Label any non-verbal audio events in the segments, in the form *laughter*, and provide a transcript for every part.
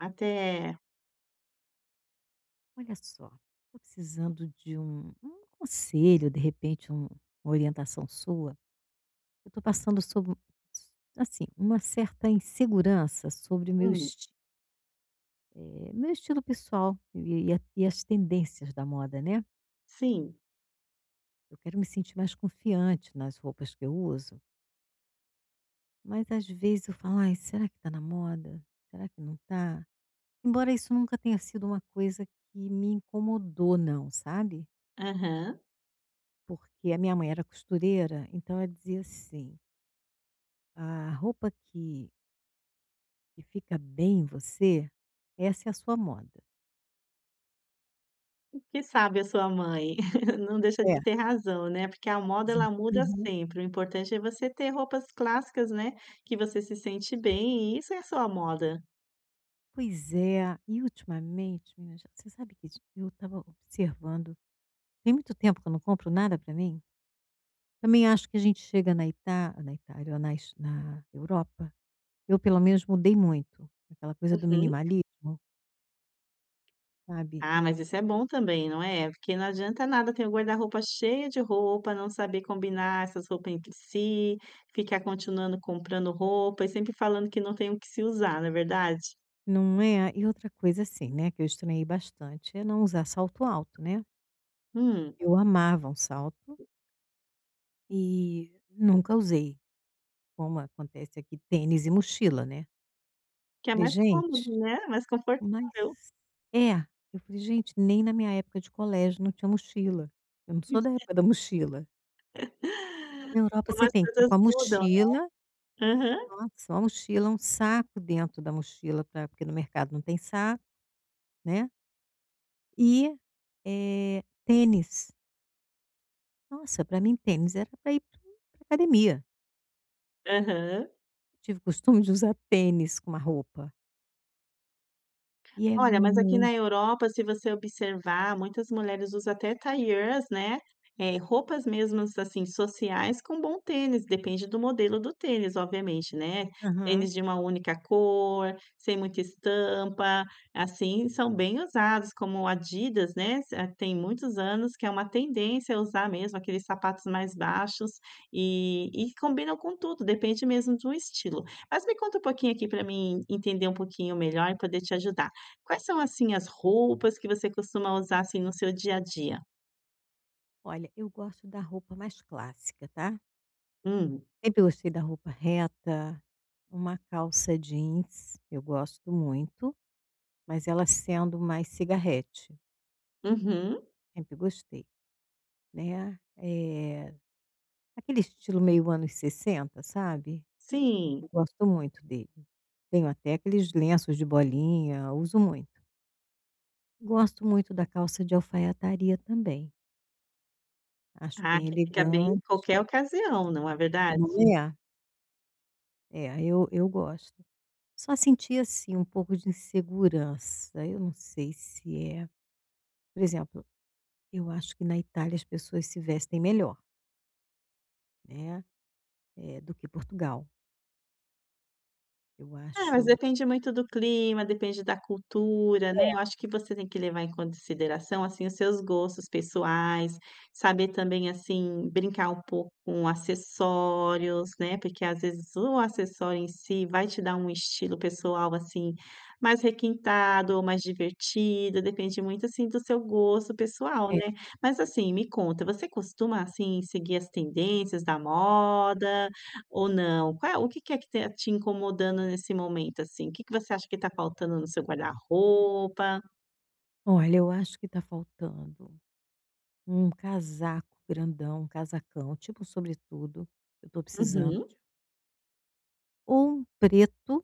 Até Olha só, estou precisando de um conselho, de repente, uma orientação sua. Eu estou passando sobre, assim, uma certa insegurança sobre o meu, hum, meu estilo pessoal e as tendências da moda, né? sim. Eu quero me sentir mais confiante nas roupas que eu uso, mas às vezes eu falo, ai, será que está na moda? Será que não está? Embora isso nunca tenha sido uma coisa que me incomodou, não, sabe? Aham. Porque a minha mãe era costureira, então ela dizia assim: "A roupa que fica bem em você, essa é a sua moda". Que sabe a sua mãe. *laughs* Não deixa É, de ter razão, né, porque a moda dizia. ela muda Uhum. sempre, o importante é você ter roupas clássicas, né, que você se sente bem e isso é a sua moda. Pois é. E ultimamente, menina, já você sabe que eu estava observando tem muito tempo que eu não compro nada para mim. Também acho que a gente chega na Itália, ou na es na Europa, eu pelo menos mudei muito, aquela coisa do Uhum. minimalismo, sabe, Ah, mas isso é bom também, não é? Porque não adianta nada ter o guarda-roupa cheio de roupa, não saber combinar essas roupas entre si, ficar continuando comprando roupa e sempre falando que não tem o que se usar, não é verdade? não é e outra coisa assim, né, que eu estranhei bastante, é não usar salto alto, né. Hum, Eu amava um salto e nunca usei, como acontece aqui tênis e mochila, né. que é Falei: mais cômodo, "Gente, né, mais mas". confortável. É, eu falei: "Gente, nem na minha época de colégio não tinha mochila, eu não sou da época da mochila". Na Europa Como você as tem que estar coisas com a mudam. mochila, Aham, nossa, uma mochila, um saco dentro da mochila pra porque no mercado não tem saco, né, e, eh, tênis. Nossa, para mim tênis era para ir para academia. aham. Tive costume de usar tênis com uma roupa. E é Olha, mas aqui na muito Europa, se você observar, muitas mulheres usam até tailleurs, né, roupas mesmo assim, sociais com bom tênis, depende do modelo do tênis, obviamente, né. aham. Tênis de uma única cor, sem muita estampa, assim, são bem usados, como o Adidas, né, tem muitos anos que é uma tendência usar mesmo aqueles sapatos mais baixos e combinam com tudo, depende mesmo do estilo. Mas me conta um pouquinho aqui para mim entender um pouquinho melhor e poder te ajudar. Quais são, assim, as roupas que você costuma usar, assim, no seu dia a dia? Olha, eu gosto da roupa mais clássica, tá. Hum, Sempre gostei da roupa reta, uma calça jeans, eu gosto muito, mas ela sendo mais cigarrete, uhum, sempre gostei, né. É aquele estilo meio anos sessenta, sabe. sim. Eu gosto muito dele. Tenho até aqueles lenços de bolinha, uso muito. Gosto muito da calça de alfaiataria também, acho Ah, bem que fica bem em elegante, qualquer ocasião, não é verdade? não é? É, eu gosto. Só senti, assim, um pouco de insegurança. Eu não sei se é, por exemplo, eu acho que na Itália as pessoas se vestem melhor, né, do que Portugal. Eu É, mas acho, depende muito do clima, depende da cultura, né, eu acho que você tem que levar em consideração, assim, os seus gostos pessoais, saber também, assim, brincar um pouco com acessórios, né, porque às vezes o acessório em si vai te dar um estilo pessoal, assim, mais requintado ou mais divertido, depende muito, assim, do seu gosto pessoal, é, é. né. Mas, assim, me conta, você costuma, assim, seguir as tendências da moda ou não? Qual é o que é que tá te incomodando nesse momento, assim? O que você acha que está faltando no seu guarda-roupa? Olha, eu acho que está faltando um casaco grandão, um casacão, tipo um sobretudo, eu estou precisando, Uhum, de ou um preto,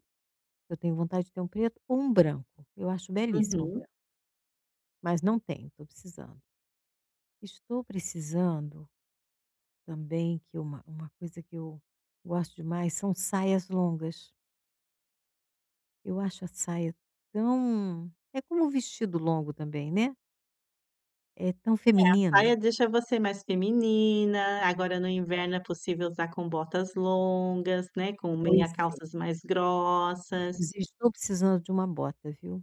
eu tenho vontade de ter um preto, ou um branco. Eu acho belíssimo o uhum. branco, mas não tenho, estou precisando. Estou precisando também que uma coisa que eu gosto demais são saias longas. Eu acho a saia tão, é como o vestido longo também, né, é tão feminino. Saia deixa você mais feminina, agora no inverno é possível usar com botas longas, né, com Pois meia é. calças mais grossas. Inclusive estou precisando de uma bota, viu.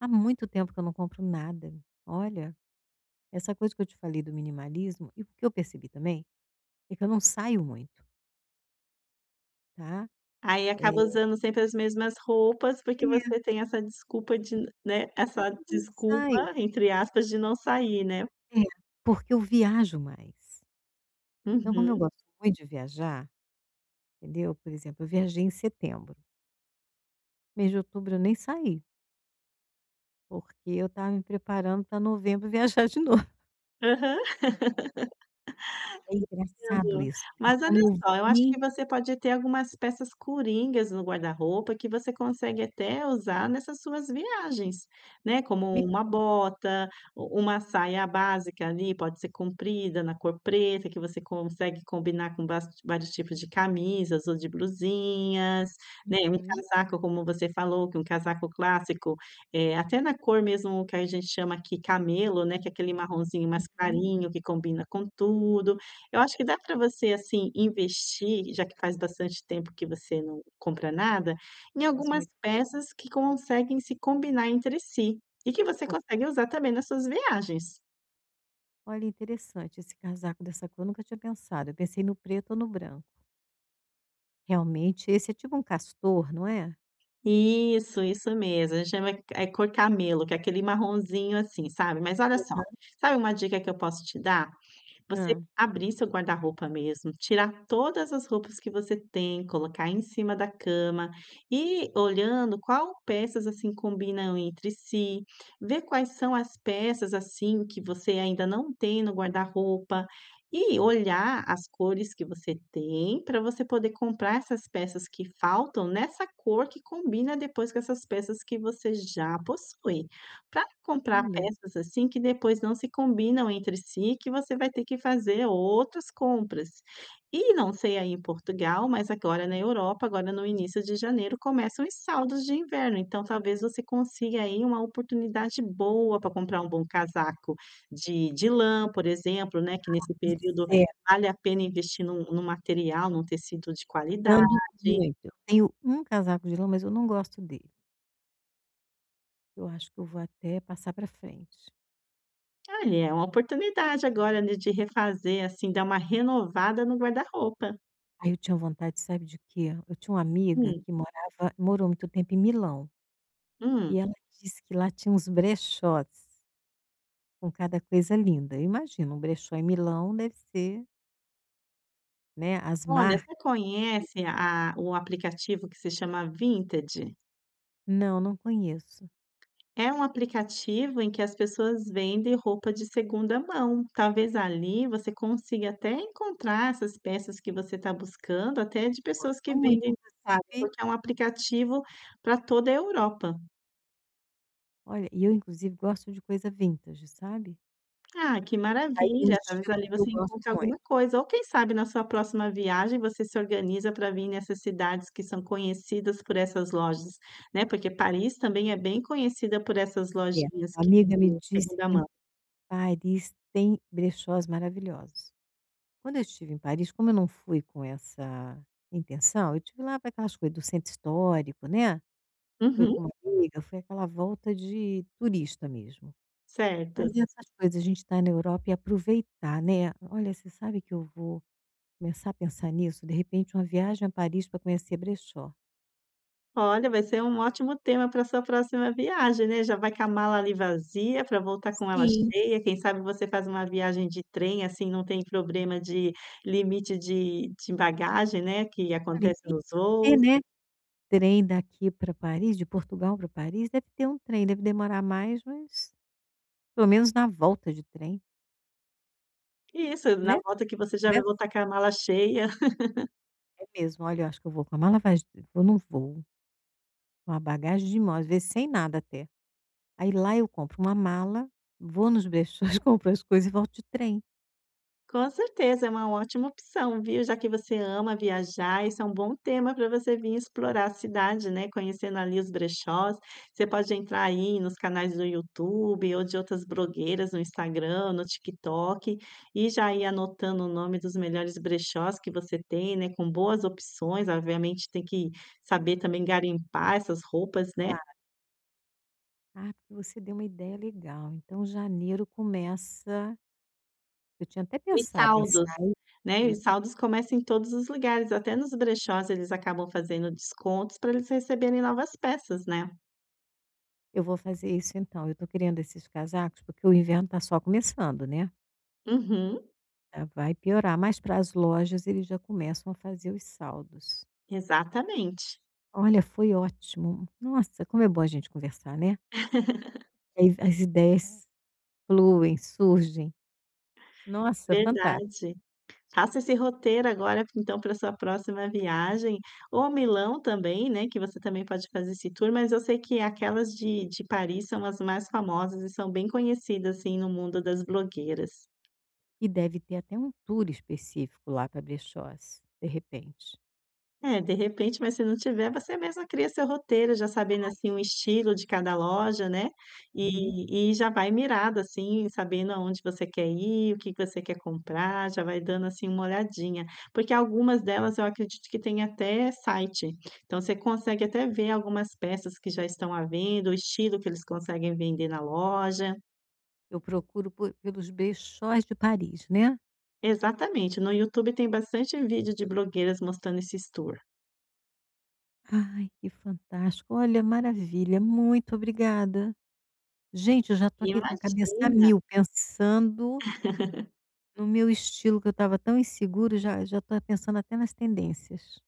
Há muito tempo que eu não compro nada. Olha, essa coisa que eu te falei do minimalismo e o que eu percebi também, é que eu não saio muito, tá. Aí Eh, acaba usando sempre as mesmas roupas, porque é, você tem essa desculpa de, né, eu essa não saio. desculpa, entre aspas, de não sair, né. É, porque eu viajo mais. Então como eu Uhum. gosto muito de viajar, entendeu, por exemplo, eu viajei em setembro. Mês de outubro eu nem saí, porque eu estava me preparando para novembro *laughs* viajar de novo. Aham. É engraçado Entendo. isso, né, Mas olha como eu só, eu acho vi. que você pode ter algumas peças coringas no guarda-roupa que você consegue até usar nessas suas viagens, né, como Me uma bota, u uma saia básica ali, pode ser comprida, na cor preta, que você consegue combinar com bast vários tipos de camisas ou de blusinhas, né, um uhum. casaco, como você falou, que um casaco clássico, até na cor mesmo que a gente chama aqui camelo, né, que é aquele marronzinho mais Uhum. clarinho que combina com tudo. Eu acho que dá para você, assim, investir, já que faz bastante tempo que você não compra nada, em Faz algumas muito tempo. peças que conseguem se combinar entre si e que você consegue usar também nas suas viagens. Olha, interessante esse casaco dessa cor, eu nunca tinha pensado, eu pensei no preto ou no branco. Realmente esse é tipo um castor, não é? Isso mesmo. A gente chama é cor camelo, que é aquele marronzinho assim, sabe. Mas olha só, sabe uma dica que eu posso te dar? Hã, Você abrir seu guarda-roupa mesmo, tirar todas as roupas que você tem, colocar em cima da cama, e olhando qual peças, assim, combinam entre si, ver quais são as peças, assim, que você ainda não tem no guarda-roupa, e olhar as cores que você tem para você poder comprar essas peças que faltam nessa cor que combina depois com essas peças que você já possui. Para comprar olha. peças, assim, que depois não se combinam entre si, que você vai ter que fazer outras compras. E não sei aí em Portugal, mas agora na Europa, agora no início de janeiro, começam os saldos de inverno, então talvez você consiga aí uma oportunidade boa para comprar um bom casaco de lã, por exemplo, né, que nesse Pois período é, vale a pena investir num material, num tecido de qualidade. ando muito. Eu tenho um casaco de lã, mas eu não gosto dele, eu acho que eu vou até passar para frente. Olha, é uma oportunidade agora, né, de refazer, assim, dar uma renovada no guarda-roupa. Aí eu tinha vontade, sabe de quê? Eu tinha uma amiga Hum, que morava morou muito tempo em Milão, e hum. ela disse que lá tinha uns brechós com cada coisa linda. Eu imagino, um brechó em Milão deve ser, né, as Olha, marcas. você conhece a o aplicativo que se chama Vinted? Não, não conheço. É um aplicativo em que as pessoas vendem roupa de segunda mão. Talvez ali você consiga até encontrar essas peças que você está buscando, até de Eu pessoas que gosto muito, vendem, sabe? inclusive Porque é um aplicativo para toda a Europa. olha, e eu inclusive gosto de coisa vintage, sabe. Ah, que Aí um maravilha. Talvez estilo ali que eu você gosto encontre muito. alguma coisa, ou quem sabe na sua próxima viagem você se organiza para vir nessas cidades que são conhecidas por essas lojas, né, porque Paris também é bem conhecida por essas É. lojinhas Uma que amiga me vendem disse segunda que em mão. Paris tem brechós maravilhosos. Quando eu estive em Paris, como eu não fui com essa intenção, eu tive lá para aquelas coisas do centro histórico, né, fui Uhum, com uma amiga, foi aquela volta de turista mesmo. Mas certo. e essas coisas, a gente está na Europa e aproveitar, né. Olha, você sabe que eu vou começar a pensar nisso, de repente uma viagem a Paris para conhecer brechó. Olha, vai ser um ótimo tema para sua próxima viagem, né, já vai com a mala ali vazia para voltar com ela Sim. cheia, quem sabe você faz uma viagem de trem, assim, não tem problema de limite de bagagem, né, que Olha, e acontece tem nos que ter, voos. né, trem daqui para Paris, de Portugal para Paris, deve ter um trem, deve demorar mais, mas pelo menos na volta de trem, Isso, na né, volta que não você tem já vai pressa. voltar com a mala cheia. *laughs* É mesmo. Olha, eu acho que eu vou com a mala vaz eu não vou, com a bagagem de mão, às vezes sem nada até. Aí lá eu compro uma mala, vou nos brechós, *laughs* compro as coisas e volto de trem. Com certeza, é uma ótima opção, viu, já que você ama viajar, isso é um bom tema para você vir explorar a cidade, né, conhecendo ali os brechós. Você pode entrar aí nos canais do YouTube ou de outras blogueiras no Instagram, no TikTok, e já ir anotando o nome dos melhores brechós que você tem, né, com boas opções, obviamente tem que saber também garimpar essas roupas, né. Claro. Ah, porque você deu uma ideia legal. Então janeiro começa, eu tinha até Os pensado em saldos, sair, né, foi, os saldos começam em todos os lugares, até nos brechós eles acabam fazendo descontos para eles receberem novas peças, né. eu vou fazer isso então, eu estou querendo esses casacos, porque o inverno está só começando, né, Uhum, já vai piorar, mas para as lojas eles já começam a fazer os saldos. exatamente, Olha, foi ótimo. Nossa, como é bom a gente conversar, né. Aí as ideias fluem, surgem. Nossa, fantástico. verdade. Faça esse roteiro agora então para sua próxima viagem, ou a Milão também, né, que você também pode fazer esse tour, mas eu sei que aquelas de Paris são as mais famosas e são bem conhecidas, assim, no mundo das blogueiras. E deve ter até um tour específico lá para brechós, de repente. É, de repente, mas se não tiver, você mesma cria seu roteiro, já sabendo, assim, o estilo de cada loja, né, Uhum. e já vai mirado, assim, sabendo aonde você quer ir, o que que você quer comprar, já vai dando, assim, uma olhadinha. Porque algumas delas eu acredito que tem até site, então você consegue até ver algumas peças que já estão à venda, o estilo que eles conseguem vender na loja. Eu procuro por, pelos brechós de Paris, né. Exatamente, no YouTube tem bastante vídeo de blogueiras mostrando esse tour. Ai, que fantástico. Olha, maravilha, muito obrigada. Gente, eu já estou aqui com a cabeça a Imagina! mil, pensando no meu estilo, que eu estava tão inseguro, já estou pensando até nas tendências.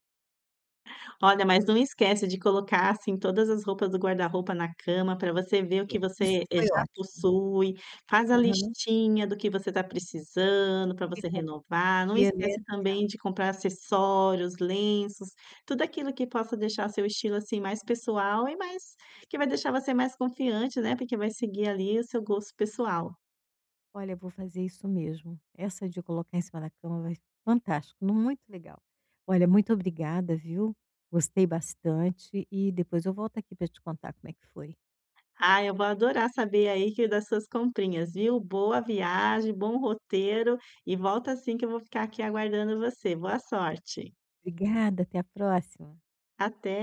Olha, mas não esquece de colocar, assim, todas as roupas do guarda-roupa na cama para você ver o É, que isso você, foi já ótimo. possui, faz a Aham. listinha do que você está precisando para Que você renovar, não combina, né. esquece É. também de comprar acessórios, lenços, tudo aquilo que possa deixar seu estilo, assim, mais pessoal e mais que vai deixar você mais confiante, né, porque vai seguir ali o seu gosto pessoal. Olha, eu vou fazer isso mesmo. Essa de colocar em cima da cama vai, fantástico, nu muito legal. Olha, muito obrigada, viu. Gostei bastante e depois eu volto aqui para te contar como é que foi. Ah, eu vou adorar saber aí que das suas comprinhas, viu? Boa viagem, bom roteiro e volta assim que eu vou ficar aqui aguardando você. Boa sorte. Obrigada, até a próxima. Até.